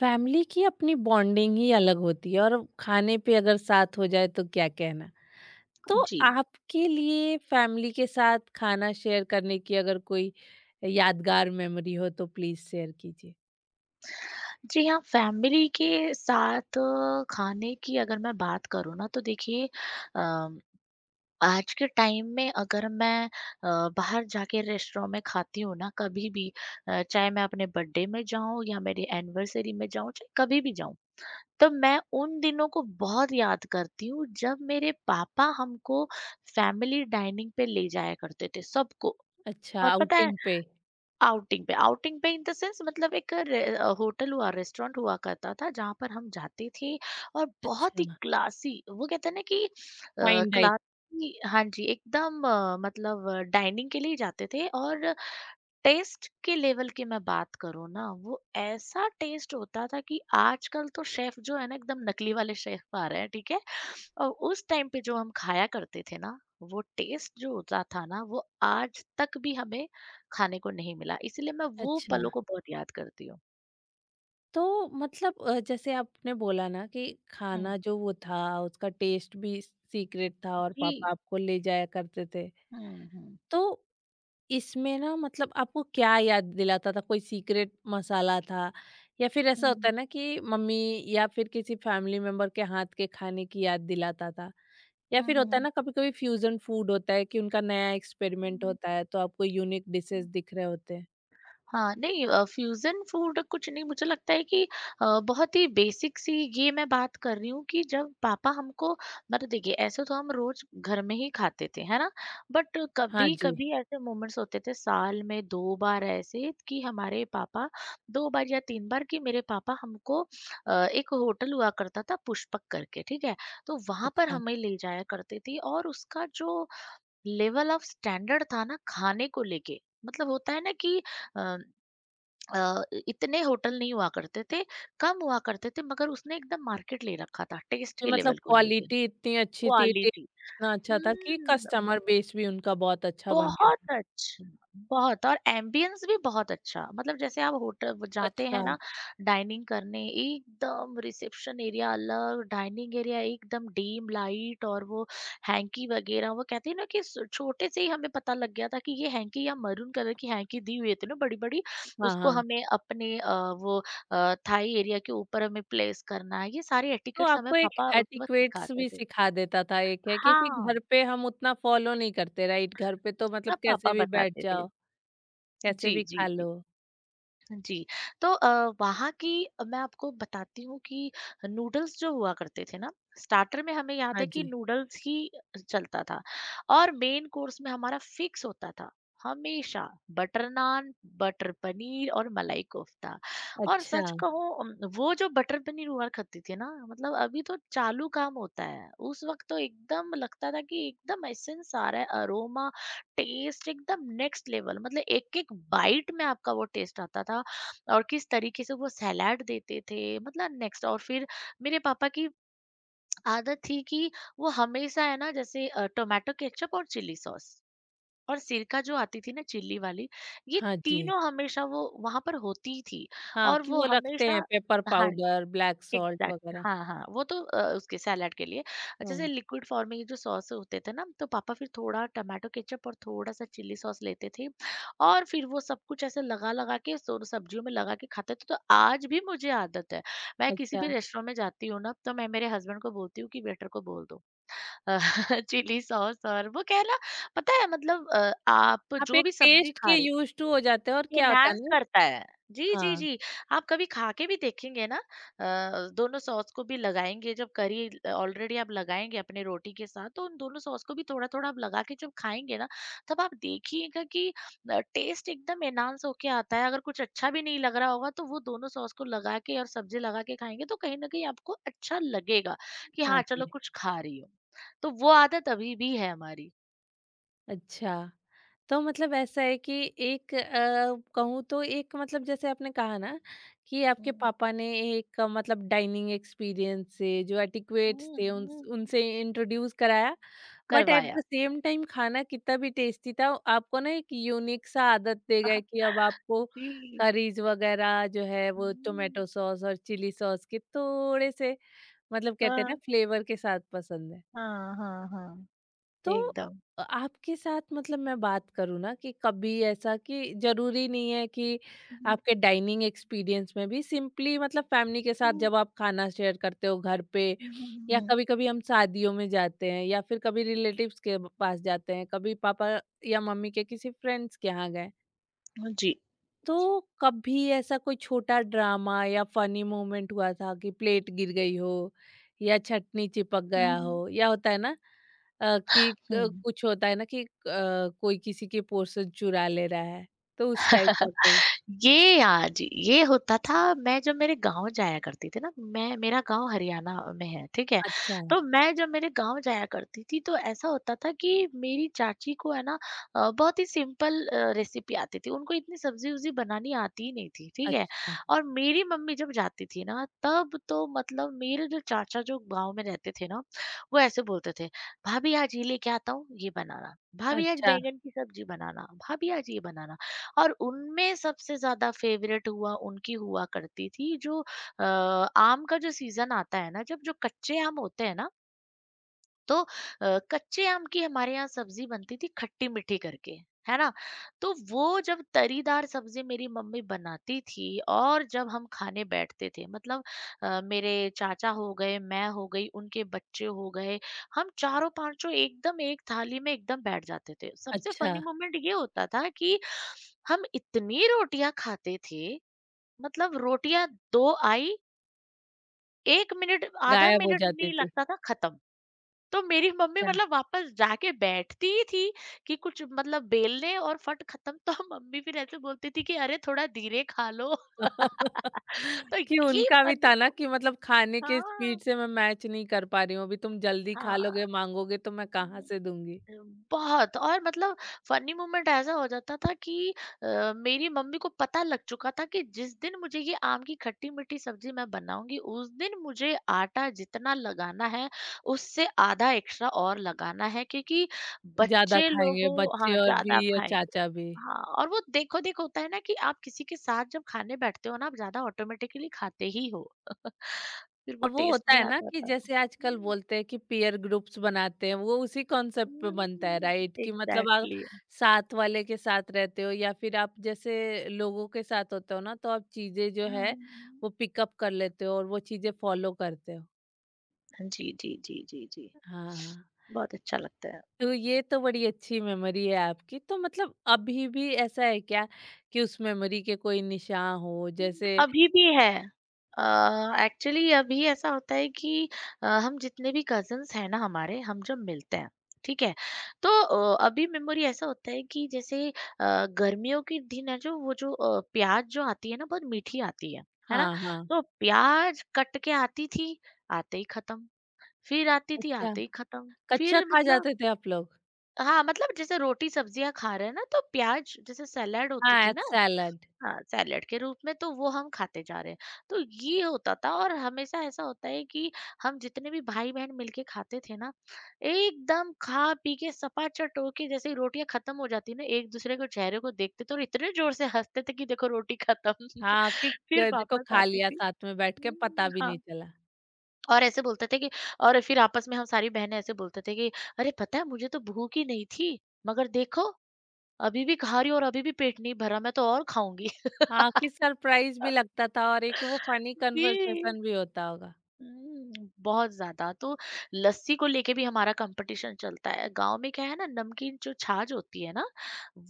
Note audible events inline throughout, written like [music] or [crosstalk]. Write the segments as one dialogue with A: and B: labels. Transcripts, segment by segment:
A: Family की अपनी bonding ही अलग होती है और खाने पे अगर साथ हो जाए तो क्या कहना। तो
B: जी।
A: आपके लिए फैमिली के साथ खाना शेयर करने की अगर कोई यादगार मेमोरी हो तो प्लीज शेयर कीजिए।
B: जी हाँ, फैमिली के साथ खाने की अगर मैं बात करूँ ना तो देखिए अ, आज के टाइम में अगर मैं बाहर जाके रेस्टोरेंट में खाती हूँ ना कभी भी चाहे मैं अपने बर्थडे में जाऊँ या मेरी एनिवर्सरी में जाऊँ, चाहे कभी भी जाऊँ। तो मैं उन दिनों को बहुत याद करती हूँ जब मेरे पापा हमको फैमिली डाइनिंग पे ले जाया करते थे सबको।
A: अच्छा,
B: और पता है
A: आउटिंग पे।
B: आउटिंग पे इन द सेंस मतलब एक होटल हुआ रेस्टोरेंट हुआ करता था जहां पर हम जाते थे और बहुत
A: अच्छा,
B: ही क्लासी वो कहते हैं ना कि
A: फाइन डाइन।
B: क्लासी हाँ जी एकदम मतलब डाइनिंग के लिए जाते थे और टेस्ट के लेवल की मैं बात करूँ ना, वो ऐसा टेस्ट होता था कि आजकल तो शेफ़ जो है ना एकदम नकली वाले शेफ़ आ रहे हैं, ठीक है? और उस टाइम पे जो हम खाया करते थे ना, वो टेस्ट जो होता था ना, वो आज तक भी हमें खाने को नहीं मिला। इसीलिए मैं वो
A: अच्छा,
B: पलों को बहुत याद करती हूँ।
A: तो मतलब जैसे आपने बोला ना कि
B: हुँ।
A: खाना जो वो था उसका टेस्ट भी सीक्रेट था और
B: जी।
A: पापा आपको ले जाया करते थे।
B: हुँ, हुँ।
A: तो इसमें ना मतलब आपको क्या याद दिलाता था? कोई सीक्रेट मसाला था या फिर ऐसा
B: हुँ,
A: होता है ना कि मम्मी या फिर किसी फैमिली मेंबर के हाथ के खाने की याद दिलाता था? या
B: हुँ,
A: फिर होता है
B: हुँ,
A: ना कभी-कभी फ्यूज़न फूड होता है कि उनका नया एक्सपेरिमेंट होता है तो आपको यूनिक डिशेज़
B: हुँ।
A: दिख रहे होते हैं।
B: हाँ, नहीं फ्यूज़न फूड कुछ नहीं मुझे लगता है कि बहुत ही बेसिक सी ये मैं बात कर रही हूँ कि जब पापा हमको मतलब देखिए ऐसे तो हम रोज़ घर में ही खाते थे, है ना? बट
A: हाँ जी।
B: कभी-कभी ऐसे मोमेंट्स होते थे साल में 2 बार ऐसे कि हमारे पापा 2 बार या 3 बार कि मेरे पापा हमको एक होटल हुआ करता था पुष्पक करके, ठीक है? तो वहाँ पर
A: अच्छा।
B: हमें ले जाया करते थे और उसका जो लेवल ऑफ स्टैंडर्ड था ना खाने को लेके मतलब होता है ना कि अ अ, इतने होटल नहीं हुआ करते थे, कम हुआ करते थे मगर उसने एकदम मार्केट ले रखा था, टेस्ट
A: कि
B: के
A: मतलब
B: लेवल को लेके,
A: क्वालिटी इतनी अच्छी थी, टेस्ट
B: क्वालिटी।
A: इतना अच्छा था कि
B: हुँ।
A: कस्टमर बेस भी उनका बहुत अच्छा बन गया
B: बहुत
A: था।
B: अच्छा, बहुत और एम्बियंस भी बहुत अच्छा मतलब जैसे आप होटल वो जाते
A: अच्छा।
B: हैं ना डाइनिंग करने एकदम रिसेप्शन एरिया अलग डाइनिंग एरिया एकदम डीम लाइट और वो हैंकी वगैरह वो कहते हैं ना कि छोटे से ही हमें पता लग गया था कि ये हैंकी या मरून कलर की हैंकी दी हुई थी ना बड़ी बड़ी
A: हाँ,
B: उसको
A: हाँ।
B: हमें अपने वो थाई एरिया के ऊपर हमें प्लेस करना है ये सारे
A: तो
B: एटिकेट्स हमें
A: आपको एक
B: पापा उस वक्त
A: एटिक्वेट्स
B: सिखाते
A: भी
B: थे
A: सिखा देता था, एक है क्योंकि
B: हाँ
A: घर पे हम उतना फॉलो नहीं करते, राइट? घर पे
B: ये
A: तो मतलब
B: सब पापा
A: कैसे भी बैठ
B: बताते थे
A: जाओ, कैसे
B: जी
A: भी
B: जी
A: खा
B: जी
A: लो।
B: जी, तो वहाँ की मैं आपको बताती हूँ कि नूडल्स जो हुआ करते थे ना, स्टार्टर में हमें याद
A: हाँ
B: है कि
A: जी।
B: नूडल्स ही चलता था और मेन कोर्स में हमारा फिक्स होता था, हमेशा बटर नान, बटर पनीर और मलाई कोफ्ता और सच
A: अच्छा।
B: कहूँ वो जो बटर पनीर हुआ करती थी ना, मतलब अभी तो चालू काम होता है, उस वक़्त तो एकदम लगता था कि एकदम एसेंस आ रहा है, अरोमा, टेस्ट एकदम नेक्स्ट लेवल मतलब एक-एक बाइट में आपका वो टेस्ट आता था और किस तरीके से वो सैलाड देते थे मतलब नेक्स्ट और फिर मेरे पापा की आदत थी कि वो हमेशा है ना जैसे टोमेटो केचप और चिल्ली सॉस और सिरका जो आती थी ना चिल्ली वाली ये
A: हाँ जी।
B: तीनों हमेशा वो वहां पर होती ही थी
A: हाँ,
B: और
A: कि
B: वो
A: वो रखते हैं
B: हमेशा
A: पेपर
B: हाँ
A: पाउडर ब्लैक सॉल्ट
B: एग्जैक्ट
A: वगैरह।
B: हाँ हाँ वो तो उसके सैलड के लिए अच्छा, जैसे
A: हाँ।
B: लिक्विड फॉर्म में ये जो सॉस होते थे ना तो पापा फिर थोड़ा टमाटो केचप और थोड़ा सा चिल्ली सॉस लेते थे और फिर वो सब कुछ ऐसे लगा लगा के दोनों सब्जियों में लगा के खाते थे तो आज भी मुझे आदत है मैं किसी
A: अच्छा,
B: भी रेस्टोरेंट में जाती हूँ ना तो मैं मेरे हस्बैंड को बोलती हूँ कि वेटर को बोल दो [laughs] चिली सॉस और वो कहना पता है मतलब आप
A: आप
B: जो
A: एक
B: भी सब्जी
A: टेस्ट
B: खा
A: के
B: रहे हो
A: यूज्ड टू हो जाते हो और क्या होता है
B: एनहांस
A: ना।
B: करता है। जी, जी,
A: हाँ।
B: जी। आप कभी खा के भी देखेंगे ना दोनों सॉस को भी लगाएँगे जब करी ऑलरेडी आप लगाएँगे अपने रोटी के साथ तो उन दोनों सॉस को भी थोड़ा-थोड़ा आप लगा के जब खाएँगे ना, तब आप देखिएगा कि टेस्ट एकदम एनहांस होके आता है। अगर कुछ अच्छा भी नहीं लग रहा होगा तो वो दोनों सॉस को लगा के और सब्जी लगा के खाएँगे तो कहीं न कहीं आपको अच्छा लगेगा कि
A: हाँ
B: हाँ, चलो
A: जी।
B: कुछ खा रही हूँ। तो वो आदत अभी भी है हमारी।
A: अच्छा, तो मतलब ऐसा है कि एक कहूँ तो एक मतलब जैसे आपने कहा ना कि आपके
B: हुँ।
A: पापा ने एक मतलब डाइनिंग एक्सपीरियंस से जो एटिक्वेट्स
B: हुँ,
A: थे, उन
B: हुँ, हुँ।
A: उनसे इंट्रोड्यूस कराया। बट एट
B: करवाया।
A: द सेम टाइम, खाना कितना भी टेस्टी था, आपको ना एक यूनिक सा आदत दे गए कि अब आपको
B: [laughs] जी।
A: करीज वगैरह जो है वो
B: हुँ।
A: टोमेटो सॉस और चिली सॉस के थोड़े से मतलब कहते हैं ना
B: हाँ,
A: फ्लेवर के साथ पसंद है।
B: हाँ, हाँ, हाँ,
A: तो
B: एकदम।
A: आपके साथ मतलब मैं बात करूँ ना कि कभी ऐसा कि ज़रूरी नहीं है कि
B: [laughs] हुँ,
A: आपके डाइनिंग एक्सपीरियंस में भी सिंपली मतलब फैमिली के साथ
B: हुँ,
A: जब आप खाना शेयर करते हो घर पे
B: हुँ, हुँ,
A: या
B: हुँ,
A: कभी-कभी हम शादियों में जाते हैं या फिर कभी रिलेटिव्स के पास जाते हैं, कभी पापा या मम्मी के किसी फ्रेंड्स के यहाँ गए
B: हुँ, जी।
A: तो कभी ऐसा कोई छोटा ड्रामा या फनी मोमेंट हुआ था कि प्लेट गिर गई हो या चटनी चिपक
B: हुँ,
A: गया
B: हुँ,
A: हो या होता है ना
B: हुँ।
A: कुछ होता है ना कि कोई किसी की पोर्शन चुरा ले रहा है तो उस टाइप का कोई।
B: ये हाँ जी, ये होता था मैं जब मेरे गाँव जाया करती थी ना, मैं मेरा गाँव हरियाणा में है, ठीक है?
A: अच्छा।
B: तो मैं जब मेरे गाँव जाया करती थी तो ऐसा होता था कि मेरी चाची को है ना बहुत ही सिंपल रेसिपी आती थी, उनको इतनी सब्ज़ी-वब्ज़ी बनानी आती ही नहीं थी, ठीक है?
A: अच्छा।
B: और मेरी मम्मी जब जाती थी ना तब तो मतलब मेरे जो चाचा जो गाँव में रहते थे ना, वो ऐसे बोलते थे, "भाभी आज ये लेके आता हूँ, ये बनाना। भाभी आज
A: अच्छा।
B: बैंगन की सब्ज़ी बनाना, भाभी आज ये बनाना।" और उनमें सबसे ज़्यादा फेवरेट हुआ उनकी हुआ करती थी जो आम का जो सीज़न आता है ना, जब जो कच्चे आम होते हैं ना, तो कच्चे आम की हमारे यहाँ सब्जी बनती थी खट्टी मीठी करके है ना तो वो जब तरीदार सब्जी मेरी मम्मी बनाती थी और जब हम खाने बैठते थे मतलब मेरे चाचा हो गए मैं हो गई उनके बच्चे हो गए हम चारों पांचों एकदम एक थाली में एकदम बैठ जाते थे सबसे
A: अच्छा,
B: फनी मोमेंट ये होता था कि हम इतनी रोटियां खाते थे मतलब रोटियां दो आई एक मिनट आधा
A: गायब हो
B: मिनट
A: जाते
B: नहीं
A: थे।
B: लगता था खत्म तो मेरी मम्मी
A: अच्छा।
B: मतलब वापस जाके बैठती ही थी कि कुछ मतलब बेल लें और फट खत्म तो [laughs] मम्मी फिर ऐसे बोलती थी कि अरे थोड़ा धीरे खा लो [laughs]
A: [laughs]
B: तो
A: कि
B: ये
A: उनका भी
B: फनी
A: था ना कि
B: मोमेंट
A: मतलब खाने के
B: हाँ
A: स्पीड से मैं मैच नहीं कर पा रही हूँ, अभी तुम जल्दी खा
B: हाँ
A: लोगे मांगोगे तो मैं कहाँ से दूंगी।
B: बहुत और मतलब फनी मोमेंट ऐसा हो जाता था कि मेरी मम्मी को पता लग चुका था कि जिस दिन मुझे ये आम की खट्टी मीठी सब्जी मैं बनाऊंगी उस दिन मुझे आटा जितना लगाना है उससे आधा एक्स्ट्रा और लगाना है क्योंकि
A: ज़्यादा
B: बच्चे
A: खाएँगे
B: लोगों हाँ
A: बच्चे और भी
B: ज्यादा
A: या
B: खाएंगे
A: चाचा भी।
B: हाँ और वो देखो देखो होता है ना कि आप किसी के साथ जब खाने बैठते हो ना आप ज्यादा ऑटोमेटिकली खाते ही हो [laughs] फिर वो
A: अब वो
B: टेस्ट
A: होता
B: भी
A: है ना
B: आता
A: कि
B: था
A: जैसे आजकल बोलते हैं कि पीयर ग्रुप्स बनाते हैं, वो उसी कॉन्सेप्ट पे बनता है, राइट? कि मतलब आप
B: एग्जैक्टली
A: साथ वाले के साथ रहते हो या फिर आप जैसे लोगों के साथ होते हो ना तो आप चीज़ें जो
B: हुँ।
A: है वो पिकअप कर लेते हो और वो चीज़ें फॉलो करते हो।
B: हाँ जी, जी, जी, जी, जी।
A: हाँ।
B: बहुत अच्छा लगता है।
A: तो ये तो बड़ी अच्छी मेमोरी है आपकी। तो मतलब अभी भी ऐसा है क्या कि उस मेमोरी के कोई निशान हो जैसे।
B: अभी भी है। एक्चुअली अभी ऐसा होता है कि हम जितने भी कज़िन्स हैं ना हमारे, हम जब मिलते हैं, ठीक है? तो अभी मेमोरी ऐसा होता है कि जैसे गर्मियों के दिन है जो वो जो प्याज़ जो आती है ना बहुत मीठी आती है ना?
A: हाँ, हाँ।
B: तो प्याज़ कट के आती थी, आते ही खत्म, फिर आती थी,
A: अच्छा।
B: आते ही खत्म,
A: कच्चा
B: फिर
A: खा
B: मतलब
A: जाते थे आप लोग?
B: हाँ, मतलब जैसे रोटी-सब्जियाँ खा रहे हैं ना, तो प्याज़ जैसे सैलेड होती थी
A: हाँ,
B: ना
A: सैलड।
B: हाँ, सैलेड के रूप में तो वो हम खाते जा रहे हैं। तो ये होता था और हमेशा ऐसा होता है कि हम जितने भी भाई-बहन मिलके खाते थे ना, एकदम खा-पी के सपाचट हो के जैसे ही रोटियाँ खत्म हो जाती ना, एक-दूसरे के चेहरे को देखते थे और इतने जोर से हँसते थे कि देखो रोटी खत्म [laughs]
A: हाँ, कि क
B: फिर
A: देखो
B: वापस
A: खा
B: आती
A: लिया
B: थी।
A: साथ में बैठ के पता
B: हुँ,
A: भी नहीं
B: हाँ।
A: चला।
B: और ऐसे बोलते थे कि और फिर आपस में हम सारी बहनें ऐसे बोलते थे कि, "अरे! पता है मुझे तो भूख ही नहीं थी, मगर देखो अभी भी खा रही हूँ और अभी भी पेट नहीं भरा, मैं तो और खाऊँगी। [laughs]
A: हाँ, कि सरप्राइज़ भी लगता था और एक वो फनी
B: जी।
A: कन्वर्सेशन भी होता होगा।
B: हुँ, बहुत ज़्यादा तो लस्सी को लेके भी हमारा कॉम्पिटिशन चलता है। गाँव में क्या है ना नमकीन जो छाछ होती है ना,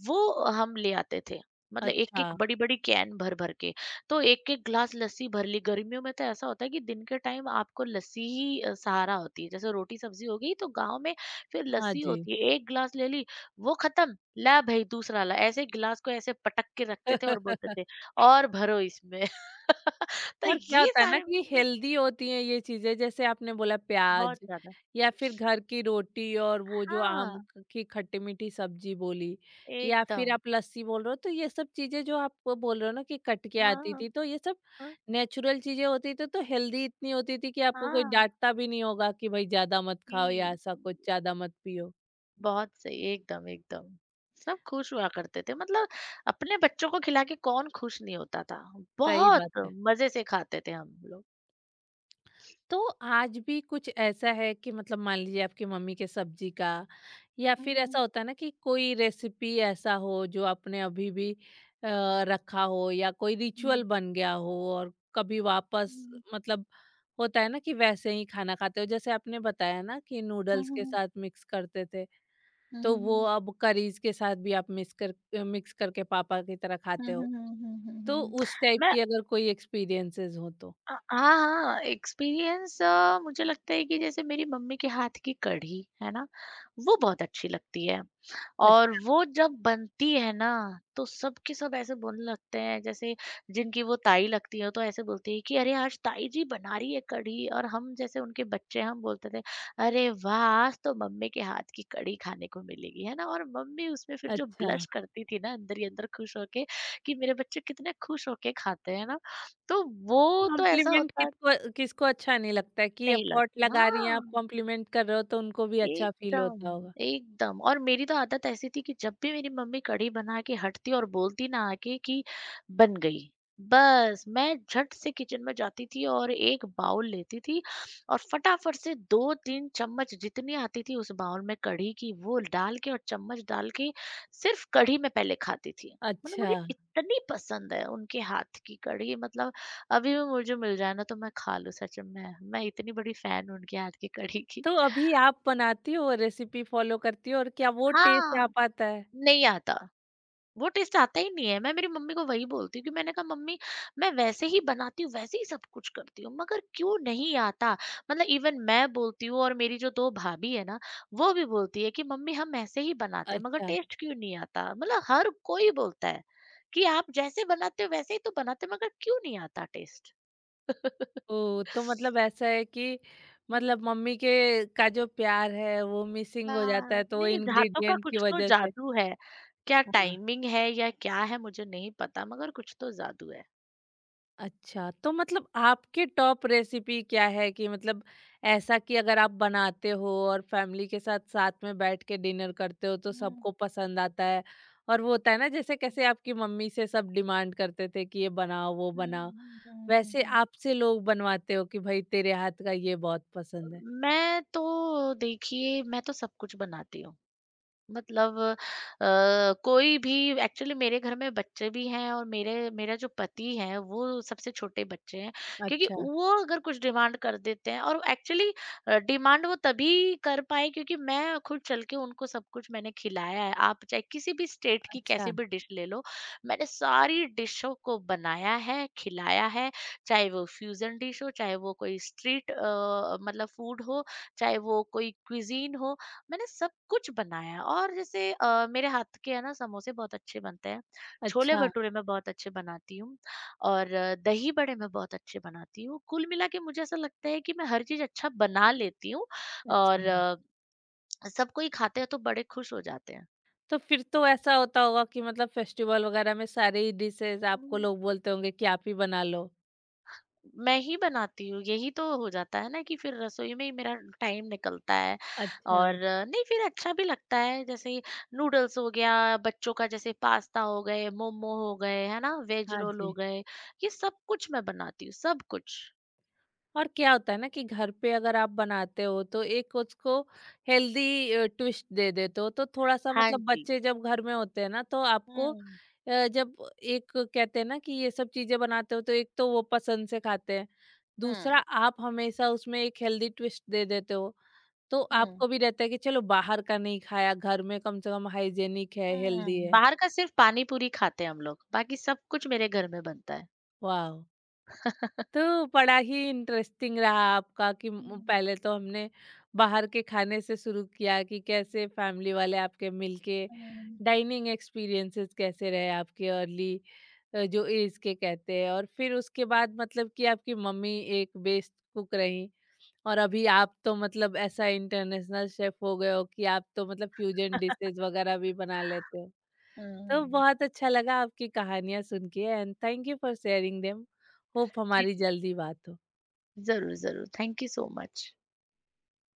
B: वो हम ले आते थे। मतलब एक-एक
A: अच्छा।
B: बड़ी-बड़ी कैन भर-भर के, तो एक-एक ग्लास लस्सी भर ली। गर्मियों में तो ऐसा होता है कि दिन के टाइम आपको लस्सी ही सहारा होती है। जैसे रोटी-सब्ज़ी हो गई तो गाँव में फिर
A: हाँ
B: लस्सी
A: जी।
B: होती है। 1 ग्लास ले ली, वो खत्म, ला भई दूसरा ला। ऐसे गिलास को ऐसे पटक के रखते थे और बोलते थे,
A: [laughs]
B: "और भरो इसमें।" [laughs] तो
A: और क्या
B: ये
A: होता है ना
B: सारे
A: कि
B: मोमेंट
A: हेल्दी होती हैं ये चीज़ें, जैसे आपने बोला
B: बहुत
A: प्याज
B: ज़्यादा।
A: या फिर घर की रोटी और वो जो आम
B: हाँ,
A: की खट्टी मीठी सब्जी बोली या
B: एकदम।
A: फिर आप लस्सी बोल रहे हो, तो ये सब चीज़ें जो आप वो बोल रहे हो ना कि कट के आती
B: हाँ,
A: थी तो ये सब
B: हाँ,
A: नेचुरल चीज़ें होती थी तो हेल्दी इतनी होती थी कि आपको कोई
B: हाँ।
A: डांटता भी नहीं होगा कि भाई ज़्यादा मत
B: जी,
A: खाओ या ऐसा कुछ,
B: जी।
A: ज़्यादा मत पियो।
B: बहुत सही, एकदम, एकदम। सब खुश हुआ करते थे मतलब अपने बच्चों को खिला के कौन खुश नहीं होता था।
A: सही
B: बहुत
A: बात है।
B: मज़े से खाते थे हम लोग।
A: तो आज भी कुछ ऐसा है कि मतलब मान लीजिए आपकी मम्मी के सब्जी का या
B: हुँ,
A: फिर
B: हुँ,
A: ऐसा होता है ना कि कोई रेसिपी ऐसा हो जो आपने अभी भी अ, रखा हो या कोई रिचुअल
B: हुँ।
A: बन गया हो और कभी वापस
B: हुँ,
A: मतलब होता है ना कि वैसे ही खाना खाते हो, जैसे आपने बताया ना कि
B: हुँ,
A: नूडल्स के
B: हुँ,
A: साथ मिक्स करते थे
B: हुँ,
A: तो
B: हुँ,
A: वो
B: हुँ,
A: अब करीज के साथ भी आप मिक्स करके पापा की तरह
B: हुँ,
A: खाते
B: हुँ,
A: हो।
B: हुँ, हुँ, हुँ, हुँ,
A: तो
B: हुँ।
A: उस टाइप
B: मैं
A: की अगर कोई एक्सपीरियंसेस हो तो।
B: हाँ, हाँ, एक्सपीरियंस मुझे लगता है कि जैसे मेरी मम्मी के हाथ की कढ़ी, है ना? वो बहुत अच्छी लगती है और
A: अच्छा।
B: वो जब बनती है ना, तो सब के सब ऐसे बोलने लगते हैं, जैसे जिनकी वो ताई लगती है, तो ऐसे बोलती है कि, "अरे! आज ताई जी बना रही है कढ़ी" और हम जैसे उनके बच्चे हैं, हम बोलते थे, "अरे वाह! आज तो मम्मी के हाथ की कढ़ी खाने को मिलेगी" है ना? और मम्मी उसमें फिर जो
A: अच्छा।
B: ब्लश करती थी ना, अंदर ही अंदर खुश होके कि मेरे बच्चे कितने खुश होके खाते हैं ना? तो वो तो ऐसा
A: कॉम्प्लीमेंट
B: होता
A: किसको किसको अच्छा नहीं लगता है कि
B: नहीं
A: एफर्ट
B: लगता
A: लगा रही हैं आप,
B: हाँ।
A: कॉम्प्लीमेंट कर रहे हो तो उनको भी अच्छा फील
B: एकदम,
A: होता होगा।
B: एकदम और मेरी तो आदत ऐसी थी कि जब भी मेरी मम्मी कढ़ी बना के हटती और बोलती ना आके कि बन गई, बस मैं झट से किचन में जाती थी और एक बाउल लेती थी और फटाफट से 2-3 चम्मच जितनी आती थी उस बाउल में कढ़ी की वो डाल के और चम्मच डाल के सिर्फ़ कढ़ी मैं पहले खाती थी। मतलब
A: अच्छा,
B: मुझे इतनी पसंद है उनके हाथ की कढ़ी मतलब अभी भी मुझे मिल जाए ना तो मैं खा लूँ सच में, मैं इतनी बड़ी फ़ैन हूँ उनके हाथ की कढ़ी की।
A: तो अभी आप बनाती हो, रेसिपी फ़ॉलो करती हो और क्या वो टेस्ट आ
B: हाँ।
A: पाता है?
B: नहीं आता। वो टेस्ट आता ही नहीं है। मैं मेरी मम्मी को वही बोलती हूँ कि मैंने कहा मम्मी मैं वैसे ही बनाती हूँ, वैसे ही सब कुछ करती हूँ, मगर क्यों नहीं आता? मतलब इवन मैं बोलती हूँ और मेरी जो 2 भाभी है ना, वो भी बोलती है कि मम्मी हम ऐसे ही बनाते हैं, मगर
A: अच्छा।
B: टेस्ट क्यों नहीं आता? मतलब हर कोई बोलता है कि आप जैसे बनाते हो वैसे ही तो बनाते हो, मगर क्यों नहीं आता टेस्ट? [laughs]
A: ओह! तो मतलब ऐसा है कि
B: हुँ।
A: मतलब मम्मी के का जो प्यार है वो मिसिंग हो जाता
B: हाँ,
A: है तो वो
B: नहीं हाथों का
A: इंग्रीडिएंट की
B: कुछ तो
A: वज़ह से।
B: जादू है। क्या
A: हाँ।
B: टाइमिंग है या क्या है मुझे नहीं पता, मगर कुछ तो जादू है।
A: अच्छा, तो मतलब आपकी टॉप रेसिपी क्या है कि मतलब ऐसा कि अगर आप बनाते हो और फैमिली के साथ साथ में बैठ के डिनर करते हो तो
B: हुँ।
A: सबको पसंद आता है और वो होता है ना जैसे कैसे आपकी मम्मी से सब डिमांड करते थे कि ये बनाओ वो
B: हुँ,
A: बनाओ,
B: हुँ, हुँ, हुँ,
A: वैसे
B: हुँ।
A: आपसे लोग बनवाते हो कि भाई तेरे हाथ का ये बहुत पसंद है।
B: मैं तो देखिए मैं तो सब कुछ बनाती हूँ। मतलब कोई भी एक्चुअली मेरे घर में बच्चे भी हैं और मेरे मेरा जो पति है वो सबसे छोटे बच्चे हैं क्योंकि
A: अच्छा।
B: वो अगर कुछ डिमांड कर देते हैं और एक्चुअली डिमांड वो तभी कर पाए क्योंकि मैं खुद चल के उनको सब कुछ मैंने खिलाया है आप चाहे किसी भी स्टेट की कैसी
A: अच्छा।
B: भी डिश ले लो मैंने सारी डिशों को बनाया है खिलाया है चाहे वो फ्यूजन डिश हो चाहे वो कोई स्ट्रीट मतलब फूड हो चाहे वो कोई क्विजीन हो मैंने सब कुछ बनाया और जैसे मेरे हाथ के है ना समोसे बहुत अच्छे बनते हैं, छोले
A: अच्छा।
B: भटूरे मैं बहुत अच्छे बनाती हूँ और दही बड़े मैं बहुत अच्छे बनाती हूँ। कुल मिला के मुझे ऐसा लगता है कि मैं हर चीज़ अच्छा बना लेती हूँ और
A: अच्छा।
B: सब कोई खाते हैं तो बड़े खुश हो जाते
A: तो फिर तो ऐसा होता होगा कि मतलब फेस्टिवल वगैरह में सारी डिशेज़ आपको
B: हैं।
A: लोग बोलते होंगे कि आप ही बना लो।
B: मैं ही बनाती हूँ, यही तो हो जाता है ना कि फिर रसोई में ही मेरा टाइम निकलता है
A: अच्छा।
B: और नहीं फिर अच्छा भी लगता है जैसे नूडल्स हो गया, बच्चों का जैसे पास्ता हो गए, मोमो हो गए, है ना? वेज
A: हाँ
B: रोल हो
A: जी।
B: गए, ये सब कुछ मैं बनाती हूँ, सब कुछ।
A: और क्या होता है ना कि घर पे अगर आप बनाते हो तो एक उसको हेल्दी ट्विस्ट दे देते हो, तो थोड़ा सा
B: हाँ
A: मतलब
B: जी।
A: बच्चे जब घर में होते हैं ना तो आपको
B: हुँ,
A: जब एक कहते हैं ना कि ये सब चीजें बनाते हो तो एक तो वो पसंद से खाते हैं, दूसरा
B: हुँ,
A: आप हमेशा उसमें एक हेल्दी ट्विस्ट दे देते हो तो
B: हुँ,
A: आपको भी रहता है कि चलो बाहर का नहीं खाया, घर में कम से कम हाइजेनिक है,
B: हुँ।
A: हेल्दी है।
B: बाहर का सिर्फ पानी पूरी खाते हैं हम लोग, बाकी सब कुछ मेरे घर में बनता है।
A: वाह। तो बड़ा ही इंटरेस्टिंग रहा आपका कि
B: हुँ,
A: पहले तो हमने बाहर के खाने से शुरू किया कि कैसे फैमिली वाले आपके मिलके
B: हुँ,
A: डाइनिंग एक्सपीरियंसेस कैसे रहे आपके अर्ली जो एज के कहते हैं, और फिर उसके बाद मतलब कि आपकी मम्मी एक बेस्ट कुक रही, और अभी आप तो मतलब ऐसा इंटरनेशनल शेफ हो गए हो कि आप तो मतलब फ्यूजन डिशेज वगैरह भी बना लेते हो। तो
B: हुँ।
A: बहुत अच्छा लगा आपकी कहानियां सुन के। And thank you for sharing them. Hope
B: जी,
A: हमारी
B: जी।
A: जल्दी बात हो।
B: ज़रूर, ज़रूर। Thank you so much.